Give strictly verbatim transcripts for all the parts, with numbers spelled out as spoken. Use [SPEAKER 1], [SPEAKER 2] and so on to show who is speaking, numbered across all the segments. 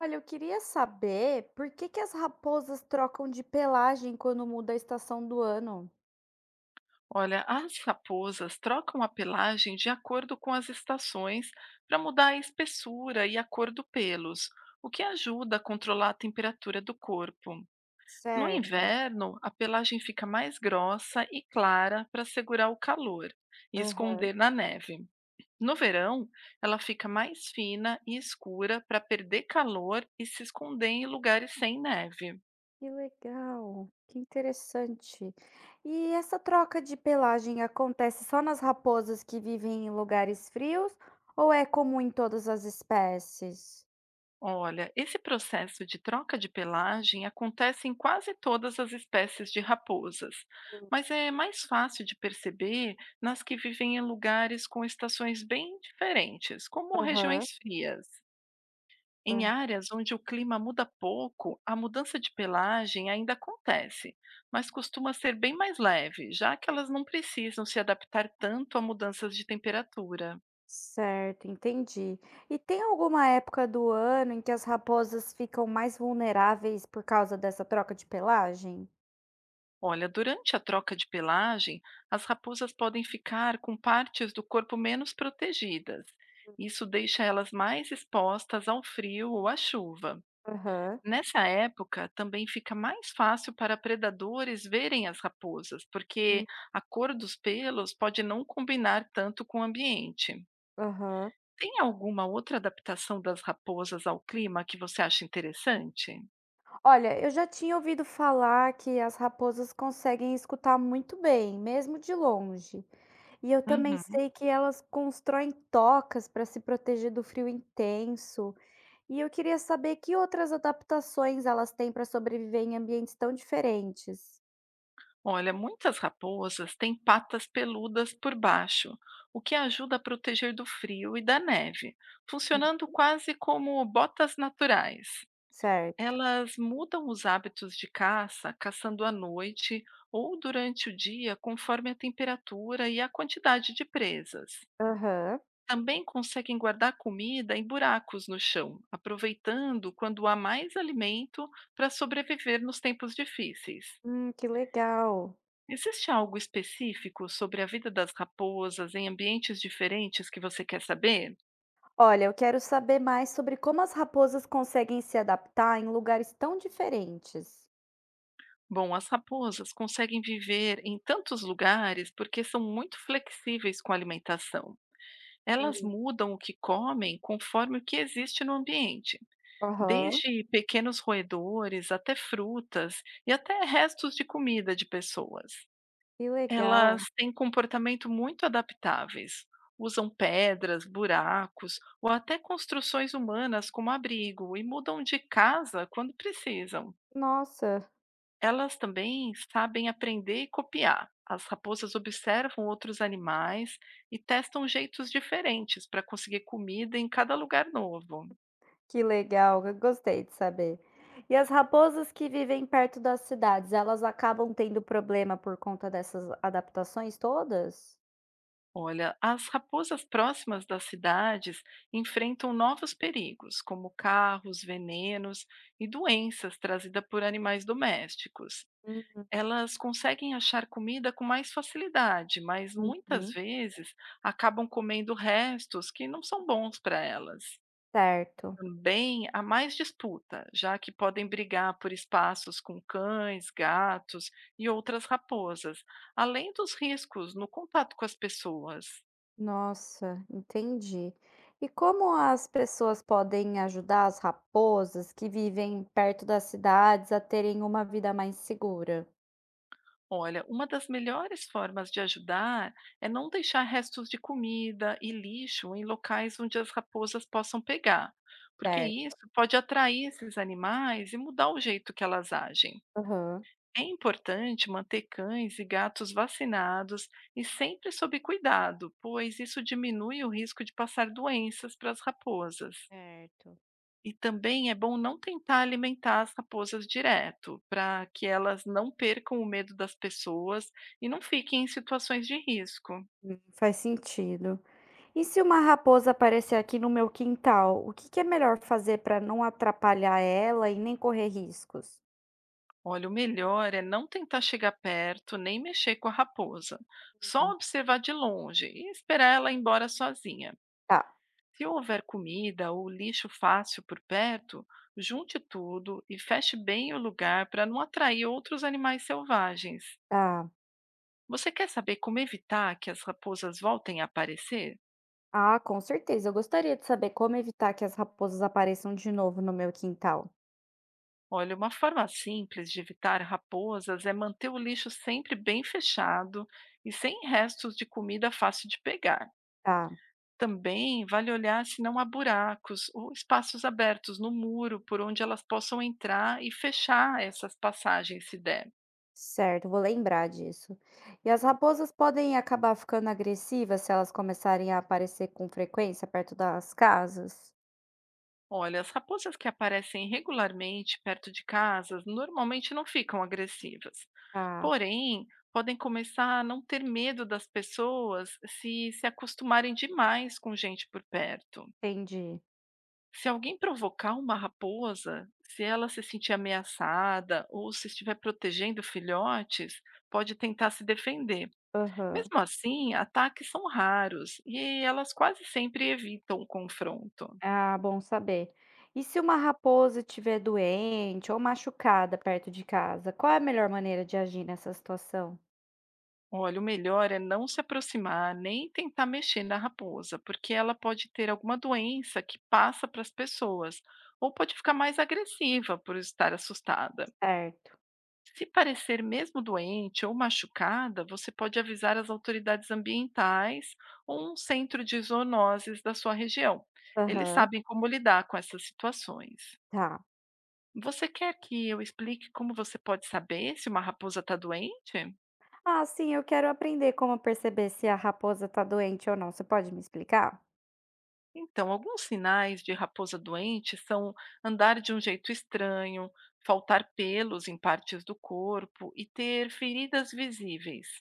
[SPEAKER 1] Olha, eu queria saber por que que as raposas trocam de pelagem quando muda a estação do ano?
[SPEAKER 2] Olha, as raposas trocam a pelagem de acordo com as estações para mudar a espessura e a cor do pelos, o que ajuda a controlar a temperatura do corpo. No
[SPEAKER 1] Certo.
[SPEAKER 2] inverno, a pelagem fica mais grossa e clara para segurar o calor e
[SPEAKER 1] Aham.
[SPEAKER 2] esconder na neve. No verão, ela fica mais fina e escura para perder calor e se esconder em lugares sem neve.
[SPEAKER 1] Que legal, que interessante. E essa troca de pelagem acontece só nas raposas que vivem em lugares frios ou é comum em todas as espécies?
[SPEAKER 2] Olha, esse processo de troca de pelagem acontece em quase todas as espécies de raposas,
[SPEAKER 1] Sim.
[SPEAKER 2] mas é mais fácil de perceber nas que vivem em lugares com estações bem diferentes, como
[SPEAKER 1] Aham.
[SPEAKER 2] regiões frias. Em
[SPEAKER 1] Aham.
[SPEAKER 2] áreas onde o clima muda pouco, a mudança de pelagem ainda acontece, mas costuma ser bem mais leve, já que elas não precisam se adaptar tanto a mudanças de temperatura.
[SPEAKER 1] Certo, entendi. E tem alguma época do ano em que as raposas ficam mais vulneráveis por causa dessa troca de pelagem?
[SPEAKER 2] Olha, durante a troca de pelagem, as raposas podem ficar com partes do corpo menos protegidas. Isso deixa elas mais expostas ao frio ou à chuva.
[SPEAKER 1] Aham.
[SPEAKER 2] Nessa época, também fica mais fácil para predadores verem as raposas, porque
[SPEAKER 1] Hum,
[SPEAKER 2] a cor dos pelos pode não combinar tanto com o ambiente.
[SPEAKER 1] aham.
[SPEAKER 2] Tem alguma outra adaptação das raposas ao clima que você acha interessante?
[SPEAKER 1] Olha, eu já tinha ouvido falar que as raposas conseguem escutar muito bem, mesmo de longe. E eu também
[SPEAKER 2] Uhum.
[SPEAKER 1] sei que elas constroem tocas para se proteger do frio intenso. E eu queria saber que outras adaptações elas têm para sobreviver em ambientes tão diferentes.
[SPEAKER 2] Olha, muitas raposas têm patas peludas por baixo, o que ajuda a proteger do frio e da neve, funcionando quase como botas naturais.
[SPEAKER 1] Certo.
[SPEAKER 2] Elas mudam os hábitos de caça, caçando à noite ou durante o dia, conforme a temperatura e a quantidade de presas.
[SPEAKER 1] Aham.
[SPEAKER 2] Também conseguem guardar comida em buracos no chão, aproveitando quando há mais alimento para sobreviver nos tempos difíceis.
[SPEAKER 1] Hum, que legal.
[SPEAKER 2] Existe algo específico sobre a vida das raposas em ambientes diferentes que você quer saber?
[SPEAKER 1] Olha, eu quero saber mais sobre como as raposas conseguem se adaptar em lugares tão diferentes.
[SPEAKER 2] Bom, as raposas conseguem viver em tantos lugares porque são muito flexíveis com a alimentação. Elas
[SPEAKER 1] Hum,
[SPEAKER 2] mudam o que comem conforme o que existe no ambiente,
[SPEAKER 1] Aham.
[SPEAKER 2] desde pequenos roedores até frutas e até restos de comida de pessoas.
[SPEAKER 1] Que
[SPEAKER 2] Elas
[SPEAKER 1] legal.
[SPEAKER 2] têm comportamento muito adaptáveis. Usam pedras, buracos ou até construções humanas como abrigo e mudam de casa quando precisam.
[SPEAKER 1] Nossa,
[SPEAKER 2] Elas também sabem aprender e copiar. As raposas observam outros animais e testam jeitos diferentes para conseguir comida em cada lugar novo.
[SPEAKER 1] que legal, eu gostei de saber. E as raposas que vivem perto das cidades, elas acabam tendo problema por conta dessas adaptações todas?
[SPEAKER 2] Olha, as raposas próximas das cidades enfrentam novos perigos, como carros, venenos e doenças trazidas por animais domésticos.
[SPEAKER 1] Uhum.
[SPEAKER 2] Elas conseguem achar comida com mais facilidade, mas muitas
[SPEAKER 1] Uhum.
[SPEAKER 2] vezes acabam comendo restos que não são bons para elas.
[SPEAKER 1] Certo.
[SPEAKER 2] Também há mais disputa, já que podem brigar por espaços com cães, gatos e outras raposas, além dos riscos no contato com as pessoas.
[SPEAKER 1] Nossa, entendi. E como as pessoas podem ajudar as raposas que vivem perto das cidades a terem uma vida mais segura?
[SPEAKER 2] Olha, uma das melhores formas de ajudar é não deixar restos de comida e lixo em locais onde as raposas possam pegar, porque
[SPEAKER 1] Certo.
[SPEAKER 2] isso pode atrair esses animais e mudar o jeito que elas agem.
[SPEAKER 1] Aham.
[SPEAKER 2] É importante manter cães e gatos vacinados e sempre sob cuidado, pois isso diminui o risco de passar doenças para as raposas.
[SPEAKER 1] Certo.
[SPEAKER 2] E também é bom não tentar alimentar as raposas direto, para que elas não percam o medo das pessoas e não fiquem em situações de risco.
[SPEAKER 1] Hum, Faz sentido. E se uma raposa aparecer aqui no meu quintal, o que que é melhor fazer para não atrapalhar ela e nem correr riscos?
[SPEAKER 2] Olha, o melhor é não tentar chegar perto nem mexer com a raposa, só
[SPEAKER 1] Hum.
[SPEAKER 2] observar de longe e esperar ela ir embora sozinha.
[SPEAKER 1] Tá.
[SPEAKER 2] Se houver comida ou lixo fácil por perto, junte tudo e feche bem o lugar para não atrair outros animais selvagens.
[SPEAKER 1] Ah,
[SPEAKER 2] Você quer saber como evitar que as raposas voltem a aparecer?
[SPEAKER 1] ah, com certeza. Eu gostaria de saber como evitar que as raposas apareçam de novo no meu quintal.
[SPEAKER 2] Olha, uma forma simples de evitar raposas é manter o lixo sempre bem fechado e sem restos de comida fácil de pegar.
[SPEAKER 1] Tá,
[SPEAKER 2] Também vale olhar se não há buracos ou espaços abertos no muro por onde elas possam entrar e fechar essas passagens se der.
[SPEAKER 1] certo, vou lembrar disso. E as raposas podem acabar ficando agressivas se elas começarem a aparecer com frequência perto das casas?
[SPEAKER 2] Olha, as raposas que aparecem regularmente perto de casas normalmente não ficam agressivas.
[SPEAKER 1] Tá,
[SPEAKER 2] Porém, podem começar a não ter medo das pessoas se se acostumarem demais com gente por perto.
[SPEAKER 1] entendi.
[SPEAKER 2] Se alguém provocar uma raposa, se ela se sentir ameaçada ou se estiver protegendo filhotes, pode tentar se defender.
[SPEAKER 1] Aham.
[SPEAKER 2] Mesmo assim, ataques são raros e elas quase sempre evitam o confronto.
[SPEAKER 1] Ah, bom saber. E se uma raposa estiver doente ou machucada perto de casa, qual é a melhor maneira de agir nessa situação?
[SPEAKER 2] Olha, o melhor é não se aproximar nem tentar mexer na raposa, porque ela pode ter alguma doença que passa para as pessoas, ou pode ficar mais agressiva por estar assustada.
[SPEAKER 1] Certo.
[SPEAKER 2] Se parecer mesmo doente ou machucada, você pode avisar as autoridades ambientais ou um centro de zoonoses da sua região. Eles
[SPEAKER 1] Aham.
[SPEAKER 2] sabem como lidar com essas situações.
[SPEAKER 1] Tá.
[SPEAKER 2] Você quer que eu explique como você pode saber se uma raposa está doente?
[SPEAKER 1] Ah, sim, eu quero aprender como perceber se a raposa tá doente ou não. Você pode me explicar?
[SPEAKER 2] Então, alguns sinais de raposa doente são andar de um jeito estranho, faltar pelos em partes do corpo e ter feridas visíveis.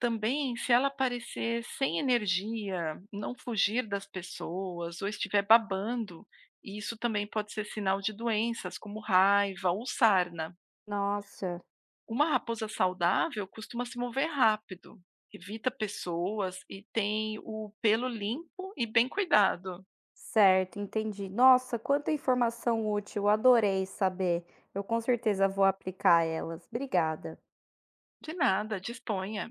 [SPEAKER 2] Também, se ela aparecer sem energia, não fugir das pessoas ou estiver babando, isso também pode ser sinal de doenças como raiva ou sarna.
[SPEAKER 1] Nossa.
[SPEAKER 2] Uma raposa saudável costuma se mover rápido, evita pessoas e tem o pelo limpo e bem cuidado.
[SPEAKER 1] Certo, entendi. Nossa, quanta informação útil, adorei saber. Eu com certeza vou aplicar elas. Obrigada.
[SPEAKER 2] De nada, disponha.